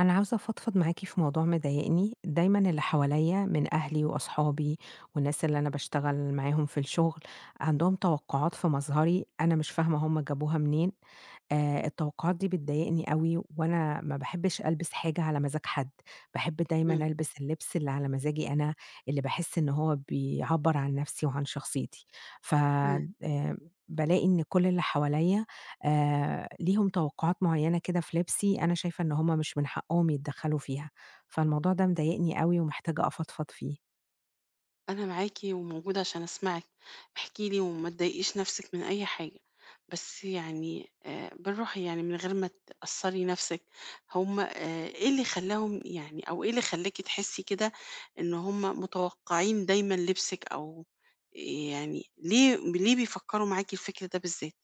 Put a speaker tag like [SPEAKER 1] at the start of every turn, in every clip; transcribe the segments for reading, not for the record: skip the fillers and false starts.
[SPEAKER 1] أنا عاوزة أفضفض معاكِ في موضوع مضايقني، دايمًا اللي حواليّا من أهلي وأصحابي والناس اللي أنا باشتغل معاهم في الشغل عندهم توقعات في مظهري. أنا مش فاهمة هم جابوها منين. التوقعات دي بتضايقني أوي، وأنا ما باحبش ألبس حاجة على مزاج حد، باحب دايمًا
[SPEAKER 2] إمم،
[SPEAKER 1] ألبس اللبس اللي على مزاجي أنا، اللي باحس إن هو بيعبّر عن نفسي وعن شخصيتي. ف
[SPEAKER 2] إمم،
[SPEAKER 1] بالاقي إن كل اللي حواليّا ليهم توقعات معيّنة كده في لبسي. أنا شايفة إن هُم مش من حقّهم يتدخّلوا فيها، فالموضوع ده مضايقني أوي ومحتاجة أفضفض فيه.
[SPEAKER 2] أنا معاكِ وموجودة عشان أسمعِك. احكي لي وما تضايقيش نفسِك من أي حاجة، بس يعني بالراحة يعني من غير ما تأثّري نفسِك. هُم إيه اللي خلاهم يعني أو إيه اللي خلاكِ تحسي كده إن هُم متوقعين دايمًا لبسِك أو يعني ليه بيفكّروا معاكِ الفكر ده بالذات؟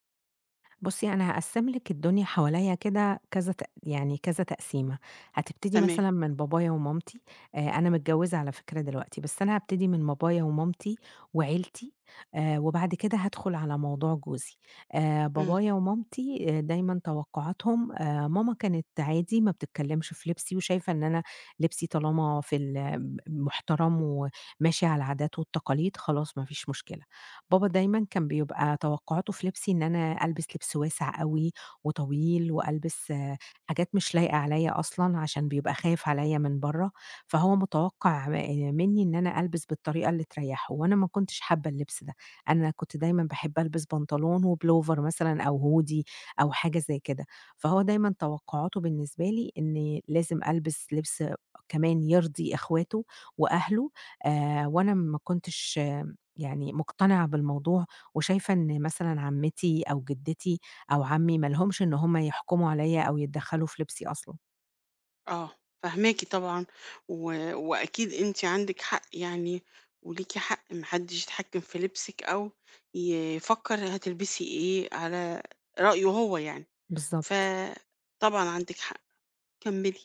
[SPEAKER 1] بُصّي، أنا هاقسّم لِك الدنيا حواليّا كده كذا يعني كذا تقسيمة. هتبتدي
[SPEAKER 2] تمام.
[SPEAKER 1] مثلًا من بابايا ومامتي. أنا متجوّزة على فكرة دلوقتي، بس أنا هابتدي من بابايا ومامتي وعيلتي. وبعد كده هادخل على موضوع جوزي.
[SPEAKER 2] إمم.
[SPEAKER 1] بابايا ومامتي دايمًا توقعاتهم. ماما كانت عادي ما بتتكلّمش في لبسي وشايفة إن أنا لبسي طالما في ال ب محترم وماشي على العادات والتقاليد، خلاص ما فيش مشكلة. بابا دايمًا كان بيبقى توقعاته في لبسي إن أنا ألبس لبس واسع أوي وطويل، وألبس حاجات مش لايقة عليَّ أصلًا، عشان بيبقى خايف عليَّ من برّه، فهو متوقع منّي إن أنا ألبس بالطريقة اللي تريّحه، وأنا ما كنتش حابة اللبس ده. أنا كنت دايمًا باحب ألبس بنطلون وبلوفر مثلًا أو هودي أو حاجة زي كده، فهو دايمًا توقعاته بالنسبة لي إني لازم ألبس لبس كمان يرضي إخواته وأهله. وأنا ما كنتش يعني مقتنعة بالموضوع، وشايفة إن مثلًا عمّتي أو جدتي أو عمي ما لهمش إن هُم يحكموا عليَّ أو يتدخلوا في لبسي أصلًا.
[SPEAKER 2] آه، فاهماكِ طبعًا، و وأكيد أنتِ عندِك حق يعني وليكِ حق، ما حدش يتحكم في لبسِك أو يفكر هتلبسي إيه على رأيه هو يعني.
[SPEAKER 1] بالضبط.
[SPEAKER 2] فطبعًا عندِك حق، كمّلي.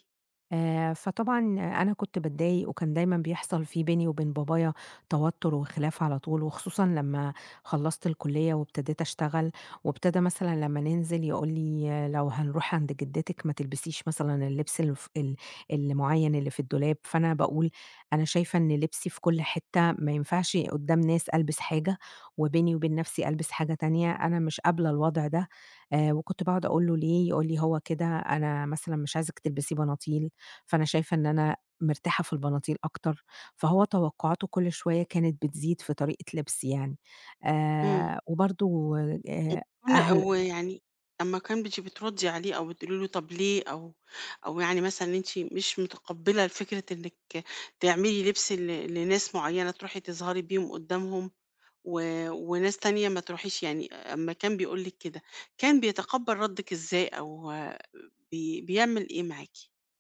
[SPEAKER 1] فطبعًا أنا كنت باتضايق، وكان دايمًا بيحصل في بيني وبين بابايا توتر وخلاف على طول، وخصوصًا لمّا خلّصت الكلية وابتديت أشتغل، وابتدى مثلًا لمّا ننزل يقول لي: "آه، لو هنروح عند جدتِك ما تلبسيش مثلًا اللبس الف ال المُعيّن اللي في الدولاب." فأنا باقول أنا شايفة إن لبسي في كل حتة، ما ينفعش قدّام ناس ألبس حاجة، وبيني وبين نفسي ألبس حاجة تانية. أنا مش قابلة الوضع ده. وكنت باقعد أقول له: "ليه؟" يقول لي: "هو كده، أنا مثلًا مش عايزِك تلبسي بناطيل." فأنا شايفة إن أنا مرتاحة في البناطيل أكتر، فهو توقعاته كل شوية كانت بتزيد في طريقة لبسي يعني.
[SPEAKER 2] إمم.
[SPEAKER 1] وبرضه آآ
[SPEAKER 2] كون
[SPEAKER 1] أهل
[SPEAKER 2] ويعني لمّا كان بتيجي بتردّي عليه أو بتقولي له طَب ليه أو يعني مثلًا أنتِ مش متقبّلة فكرة إنِّك تعملي لبس لناس معيّنة تروحي تظهري بيهم قدّامهم و وناس تانية ما تروحيش يعني أمّا كان بيقول لِك كده، كان بيتقبّل ردِّك إزاي أو بيعمل إيه معاكِ؟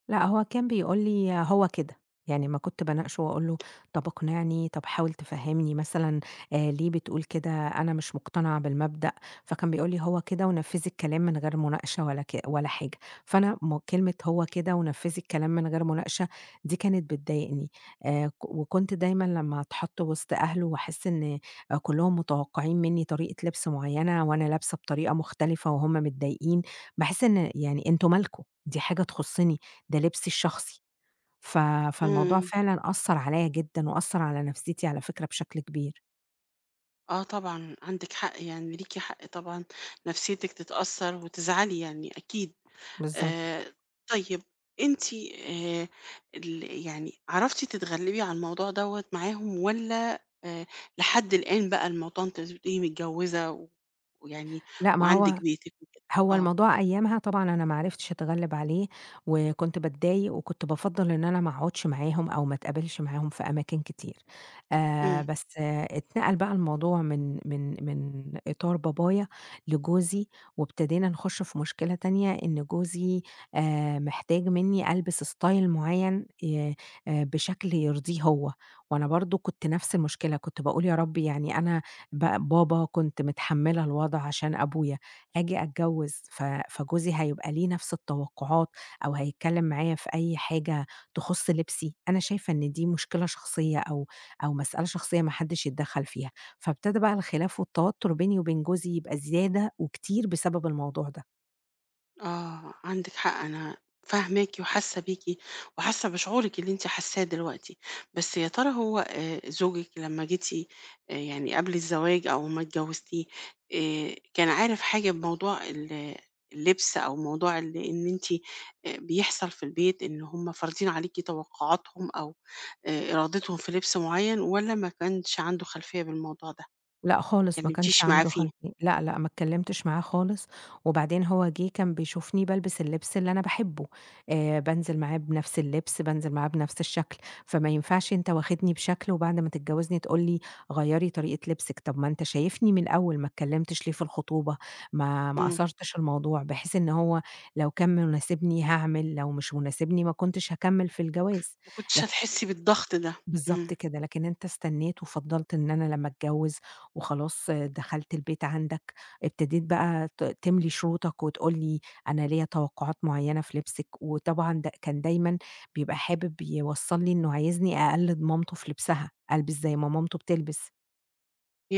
[SPEAKER 1] لأ، هو كان بيقول لي هو كده، يعني أمّا كنت باناقشه وأقول له طَب اقنعني، طَب حاول تفهّمني مثلًا ليه بتقول كده، أنا مش مقتنع بالمبدأ، فكان بيقول لي هو كده ونفّذي الكلام من غير مناقشة ولا حاجة، فأنا كلمة هو كده ونفّذي الكلام من غير مناقشة دي كانت بتضايقني. ك وكنت دايمًا لمّا أتحط وسط أهله وأحس إن كلّهم متوقعين مني طريقة لبس معيّنة وأنا لابسة بطريقة مختلفة وهُم متضايقين، باحس إن يعني أنتم مالكم، دي حاجة تخصّني، ده لبسي الشخصي. ف فالموضوع
[SPEAKER 2] إمم.
[SPEAKER 1] فعلًا أثّر عليَّ جدًا وأثّر على نفسيتي على فكرة بشكل كبير.
[SPEAKER 2] آه طبعًا، عندِك حق، يعني ليكِ حق طبعًا نفسيتِك تتأثّر وتزعلي يعني أكيد.
[SPEAKER 1] بالضبط.
[SPEAKER 2] آآ طيب أنتِ ال يعني عرفتِ تتغلّبي على الموضوع دوّة معاهم والّا لحد الآن بقى الموضوع أنتِ بتقولي متجوّزة ويعني
[SPEAKER 1] لأ، ما هو،
[SPEAKER 2] وعندِك بيتِك وكده؟
[SPEAKER 1] هو
[SPEAKER 2] آه.
[SPEAKER 1] الموضوع أيامها طبعًا أنا ما عرفتش أتغلّب عليه، وكنت باتضايق وكنت بافضّل إن أنا ما اقعدش معاهم أو ما اتقابلش معاهم في أماكن كتير.
[SPEAKER 2] إمم.
[SPEAKER 1] بس اتنقل بقى الموضوع من إطار بابايا لجوزي، وابتدينا نخش في مشكلة تانية إن جوزي محتاج منّي ألبس style معيّن ي بشكل يرضيه هو، وأنا برضه كنت نفس المشكلة، كنت باقول يا رب يعني أنا بابا كنت متحمّلة الوضع عشان أبويا، آجي أتجوّز، فجوزي هيبقى ليه نفس التوقعات أو هيتكلّم معايا في أي حاجة تخُص لبسي. أنا شايفة إن دي مشكلة شخصية أو مسألة شخصية ما حدّش يتدخّل فيها، فابتدى بقى الخلاف والتوتُّر بيني وبين جوزي يبقى زيادة وكتير بسبب الموضوع ده.
[SPEAKER 2] آه، عندِك حق، أنا فاهماكِ وحاسة بيكِ وحاسة بشعورِك اللي أنتِ حاساه دلوقتي، بس يا ترى هو زوجِك لمّا جيتِ يعني قبل الزواج أو ما اتجوزتيه، كان عارف حاجة بموضوع اللبس أو موضوع إن أنتِ بيحصل في البيت إن هم فارضين عليكِ توقعاتهم أو إرادتهم في لبس معيّن والّا ما كانش عنده خلفية بالموضوع ده؟
[SPEAKER 1] لأ
[SPEAKER 2] ما
[SPEAKER 1] خالص، ما كانش
[SPEAKER 2] اتكلمتيش معاه
[SPEAKER 1] عنده
[SPEAKER 2] فيه؟
[SPEAKER 1] خلفية، لأ، لأ، ما اتكلمتش معاه خالص. وبعدين هو جه كان بيشوفني بالبس اللبس اللي أنا باحبه. بانزل معاه بنفس اللبس، بانزل معاه بنفس الشكل. فما ينفعش أنت واخدني بشكل وبعد ما تتجوزني تقول لي غيّري طريقة لبسِك. طب ما أنت شايفني من الأول، ما اتكلمتش ليه في الخطوبة، ما
[SPEAKER 2] إمم،
[SPEAKER 1] أثرتش الموضوع، بحيث إن هو لو كان مناسبني هاعمل، لو مش مناسبني ما كنتش هاكمل في الجواز.
[SPEAKER 2] ما كنتيش هتحسي بالضغط ده.
[SPEAKER 1] بالضبط
[SPEAKER 2] إمم.
[SPEAKER 1] كده، لكن أنت استنّيت وفضّلت إن أنا لمّا أتجوّز وخلاص دخلت البيت عندك، ابتديت بقى تملي شروطك وتقول لي أنا ليّا توقعات معيّنة في لبسِك. وطبعًا كان دايمًا بيبقى حابب يوصّل لي إنه عايزني أقلِّد مامته في لبسها، ألبس زي ما مامته بتلبس.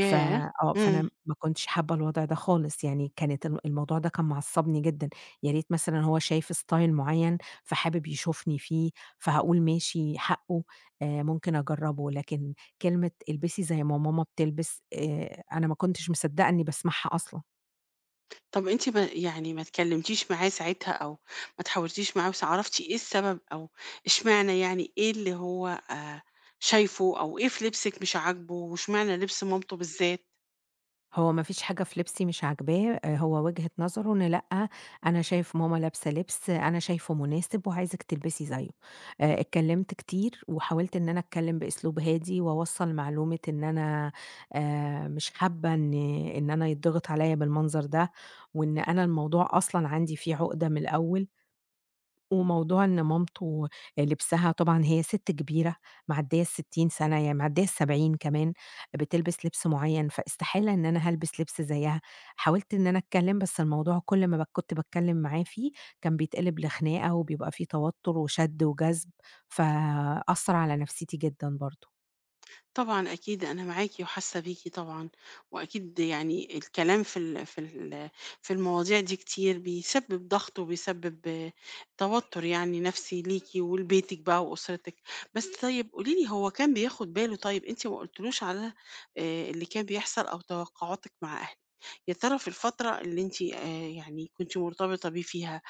[SPEAKER 1] ف آه،
[SPEAKER 2] إمم.
[SPEAKER 1] فأنا ما كنتش حابة الوضع ده خالص، يعني كانت الموضوع ده كان معصّبني جدًا. يا ريت مثلًا هو شايف style معيّن فحابب يشوفني فيه، فهاقول ماشي حقه، ممكن أجرّبه، لكن كلمة البسي زي ما ماما بتلبس، أنا ما كنتش مصدّقة إني باسمعها أصلًا.
[SPEAKER 2] طَب أنتِ ما يعني ما اتكلمتيش معاه ساعتها أو ما اتحاورتيش معاه عرفتِ إيه السبب أو إشمعنى يعني إيه اللي هو شايفه أو إيه في لبسِك مش عاجبه وإشمعنى لبس مامته بالذات؟
[SPEAKER 1] هو ما فيش حاجة في لبسي مش عاجباه، هو وجهة نظره إن لأ، أنا شايف ماما لابسة لبس أنا شايفه مناسب وعايزِك تلبسي زيه. اتكلمت كتير وحاولت إن أنا أتكلم بأسلوب هادي وأوصّل معلومة إن أنا مش حابة إن أنا يتضغط عليّا بالمنظر ده، وإن أنا الموضوع أصلًا عندي فيه عقدة من الأول. وموضوع إن مامته لبسها، طبعًا هي سِت كبيرة معديّة ال60 سَنة، يعني معديّة ال70 كمان، بتلبس لبس معيّن، فاستحالة إن أنا هالبس لبس زيّها. حاولت إن أنا أتكلّم، بس الموضوع كل ما كنت باتكلّم معاه فيه كان بيتقلب لخناقة، وبيبقى في توتُّر وشَد وجذب، فأثّر على نفسيتي جدًا برضه.
[SPEAKER 2] طبعًا أكيد أنا معاكِ وحاسة بيكِ طبعًا، وأكيد يعني الكلام في المواضيع دي كتير بيسبب ضغط وبيسبب توتر يعني نفسي ليكِ ولبيتِك بقى وأسرتِك. بس طيب قولي لي هو كان بياخد باله طيب أنتِ ما قلتلوش على اللي كان بيحصل أو توقعاتِك مع أهلِك، يا ترى في الفترة اللي أنتِ يعني كنتِ مرتبطة بيه فيها،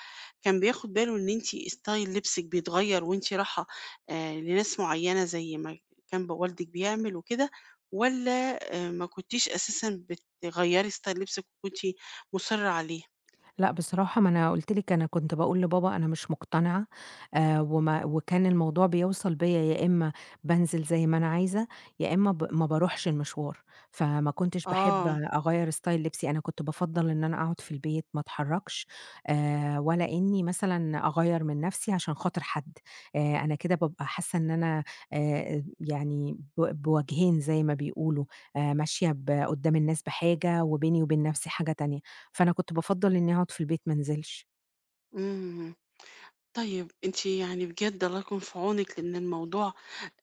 [SPEAKER 2] كان بياخد باله إن أنتِ ستايل لبسِك بيتغير وأنتِ رايحة لناس معينة زي ما كان والدِك بيعمل وكده، والّا ما كنتيش أساسًا بتغيّري ستايل لبسِك وكنتِ مُصرّة عليه؟
[SPEAKER 1] لأ بصراحة، ما أنا قُلت لِك أنا كنت باقول لبابا أنا مش مقتنعة، وما وكان الموضوع بيوصل بيّا يا إمّا بانزل زي ما أنا عايزة، يا إمّا ما باروحش المشوار، فما كنتش باحب
[SPEAKER 2] آه.
[SPEAKER 1] أغيّر style لبسي. أنا كنت بافضّل إن أنا أقعد في البيت ما اتحرّكش، ولا إنّي مثلًا أغيّر من نَفْسي عشان خاطر حد. أنا كده بابقى حاسّة إن أنا يعني بوجهين زي ما بيقولوا، ماشية قُدّام الناس بحاجة وبيني وبين نَفْسي حاجة تانية. فأنا كنت بافضّل إنّي أقعد في البيت ما انزلش.
[SPEAKER 2] إمم. طيب أنتِ يعني بجد الله يكون في عونِك، لإن الموضوع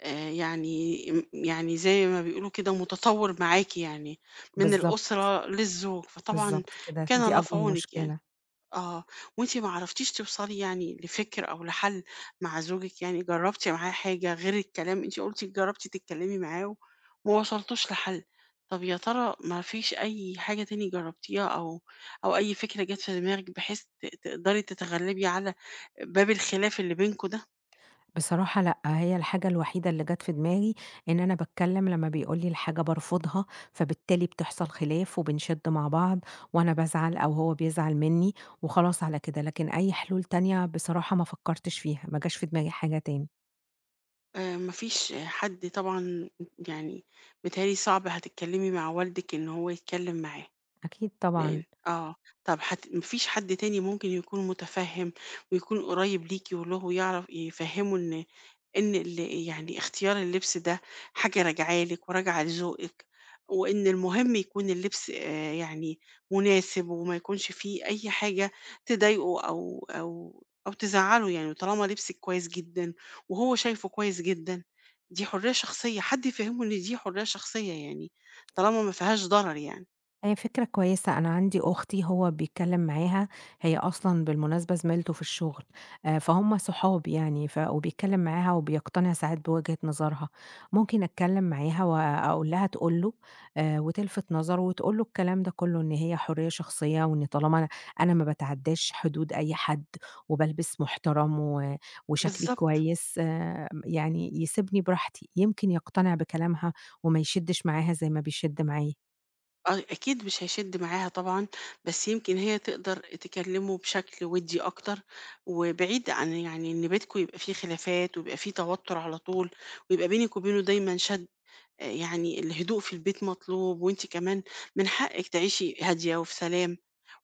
[SPEAKER 2] يعني يعني زي ما بيقولوا كده متطوّر معاكِ يعني، من
[SPEAKER 1] بالضبط،
[SPEAKER 2] الأسرة للزوج، فطبعًا
[SPEAKER 1] بالضبط كده،
[SPEAKER 2] كان
[SPEAKER 1] دي
[SPEAKER 2] الله في
[SPEAKER 1] أكبر
[SPEAKER 2] عونِك يعني.
[SPEAKER 1] مشكلة.
[SPEAKER 2] آه، وأنتِ ما عرفتيش توصلي يعني لفكر أو لحل مع زوجِك، يعني جرّبتِ معاه حاجة غير الكلام، أنتِ قلتِ جرّبتِ تتكلمي معاه وما وصلتوش لحل. طب يا ترى ما فيش أي حاجة تاني جرّبتيها أو أي فكرة جات في دماغِك بحيث تقدري تتغلبي على باب الخلاف اللي بينكم ده؟
[SPEAKER 1] بصراحة لأ، هي الحاجة الوحيدة اللي جات في دماغي إن أنا باتكلّم لمّا بيقول لي الحاجة بارفضها، فبالتالي بتحصل خلاف وبنشِد مع بعض وأنا بازعل أو هو بيزعل منّي وخلاص على كده. لكن أي حلول تانية بصراحة ما فكّرتش فيها، ما جاش في دماغي حاجة تاني.
[SPEAKER 2] ما فيش حد طبعًا يعني متهيأ لي صعب هتتكلمي مع والدِك إن هو يتكلم معاه.
[SPEAKER 1] أكيد
[SPEAKER 2] لأن
[SPEAKER 1] طبعًا.
[SPEAKER 2] طب ما فيش حد تاني ممكن يكون متفهم ويكون قريب ليكِ واللي هو يعرف يفهمه إن يعني اختيار اللبس ده حاجة راجعة لِك وراجعة لذوقِك، وإن المهم يكون اللبس يعني مناسب وما يكونش فيه أي حاجة تضايقه أو أو تزعّله يعني، وطالما لبسِك كويس جدًا وهو شايفه كويس جدًا، دي حرية شخصية، حد يفهمه إن دي حرية شخصية يعني، طالما ما فيهاش ضرر يعني.
[SPEAKER 1] هي فكرة كويسة، أنا عندي أختي هو بيتكلّم معاها، هي أصلًا بالمناسبة زميلته في الشغل. فهُم صحاب يعني، وبيتكلّم معاها وبيقتنع ساعات بوجهة نظرها. ممكن أتكلّم معاها وأقول لها تقول له، وتلفت نظره وتقول له الكلام ده كُلّه إن هي حرية شخصية، وإن طالما أنا ما باتعدّاش حدود أي حد وبالبس محترم وشكلي
[SPEAKER 2] بالضبط.
[SPEAKER 1] كويس، يعني يسيبني براحتي، يمكن يقتنع بكلامها وما يشدّش معاها زي ما بيشِد معايا.
[SPEAKER 2] آه، أكيد مش هيشد معاها طبعًا، بس يمكن هي تقدر تكلمه بشكل ودي أكتر، وبعيد عن يعني إن بينكم يبقى فيه خلافات ويبقى فيه توتر على طول، ويبقى بينِك وبينه دايمًا شد. يعني الهدوء في البيت مطلوب، وأنتِ كمان من حقِك تعيشي هادية وفي سلام.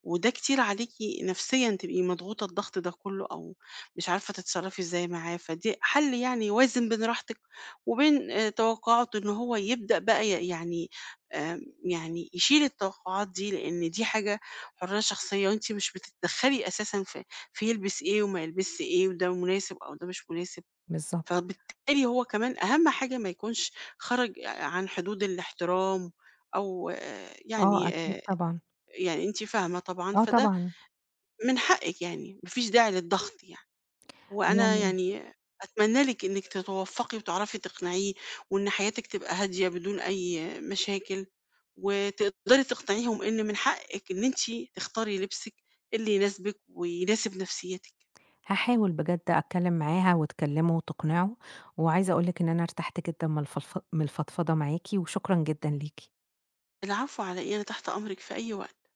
[SPEAKER 2] وده كتير عليكِ نفسيًا تبقي مضغوطة الضغط ده كله أو مش عارفة تتصرّفي إزاي معاه. فدي حل يعني يوازن بين راحتِك وبين توقعات إن هو يبدأ بقى يعني يعني يشيل التوقعات دي، لإن دي حاجة حرية شخصية وأنتِ مش بتتدخّلي أساسًا في يلبس إيه وما يلبسش إيه وده مناسب أو ده مش مناسب.
[SPEAKER 1] بالضبط.
[SPEAKER 2] فبالتالي هو كمان أهم حاجة ما يكونش خرج عن حدود الاحترام أو آه،
[SPEAKER 1] آه
[SPEAKER 2] يعني
[SPEAKER 1] أكيد
[SPEAKER 2] آآ
[SPEAKER 1] طبعًا.
[SPEAKER 2] يعني أنتِ فاهمة طبعًا.
[SPEAKER 1] آه
[SPEAKER 2] فده
[SPEAKER 1] طبعًا،
[SPEAKER 2] من حقِّك يعني، ما فيش داعي للضغط يعني، وأنا
[SPEAKER 1] يعني
[SPEAKER 2] يعني أتمنى لِك إنِّك تتوفّقي وتعرفي تقنعيه، وإن حياتِك تبقى هادية بدون أي مشاكل، وتقدري تقنعيهم إن من حقِّك إن أنتِ تختاري لبسِك اللي يناسبِك ويناسب نفسيتِك.
[SPEAKER 1] هاحاول بجد أتكلّم معاها وتكلّمه وتقنعه، وعايزة أقول لِك إن أنا ارتحت جدًا من الفضفضة معاكِ، وشكرًا جدًا ليكِ.
[SPEAKER 2] العفو على إيه، أنا تحت أمرِك في أي وقت.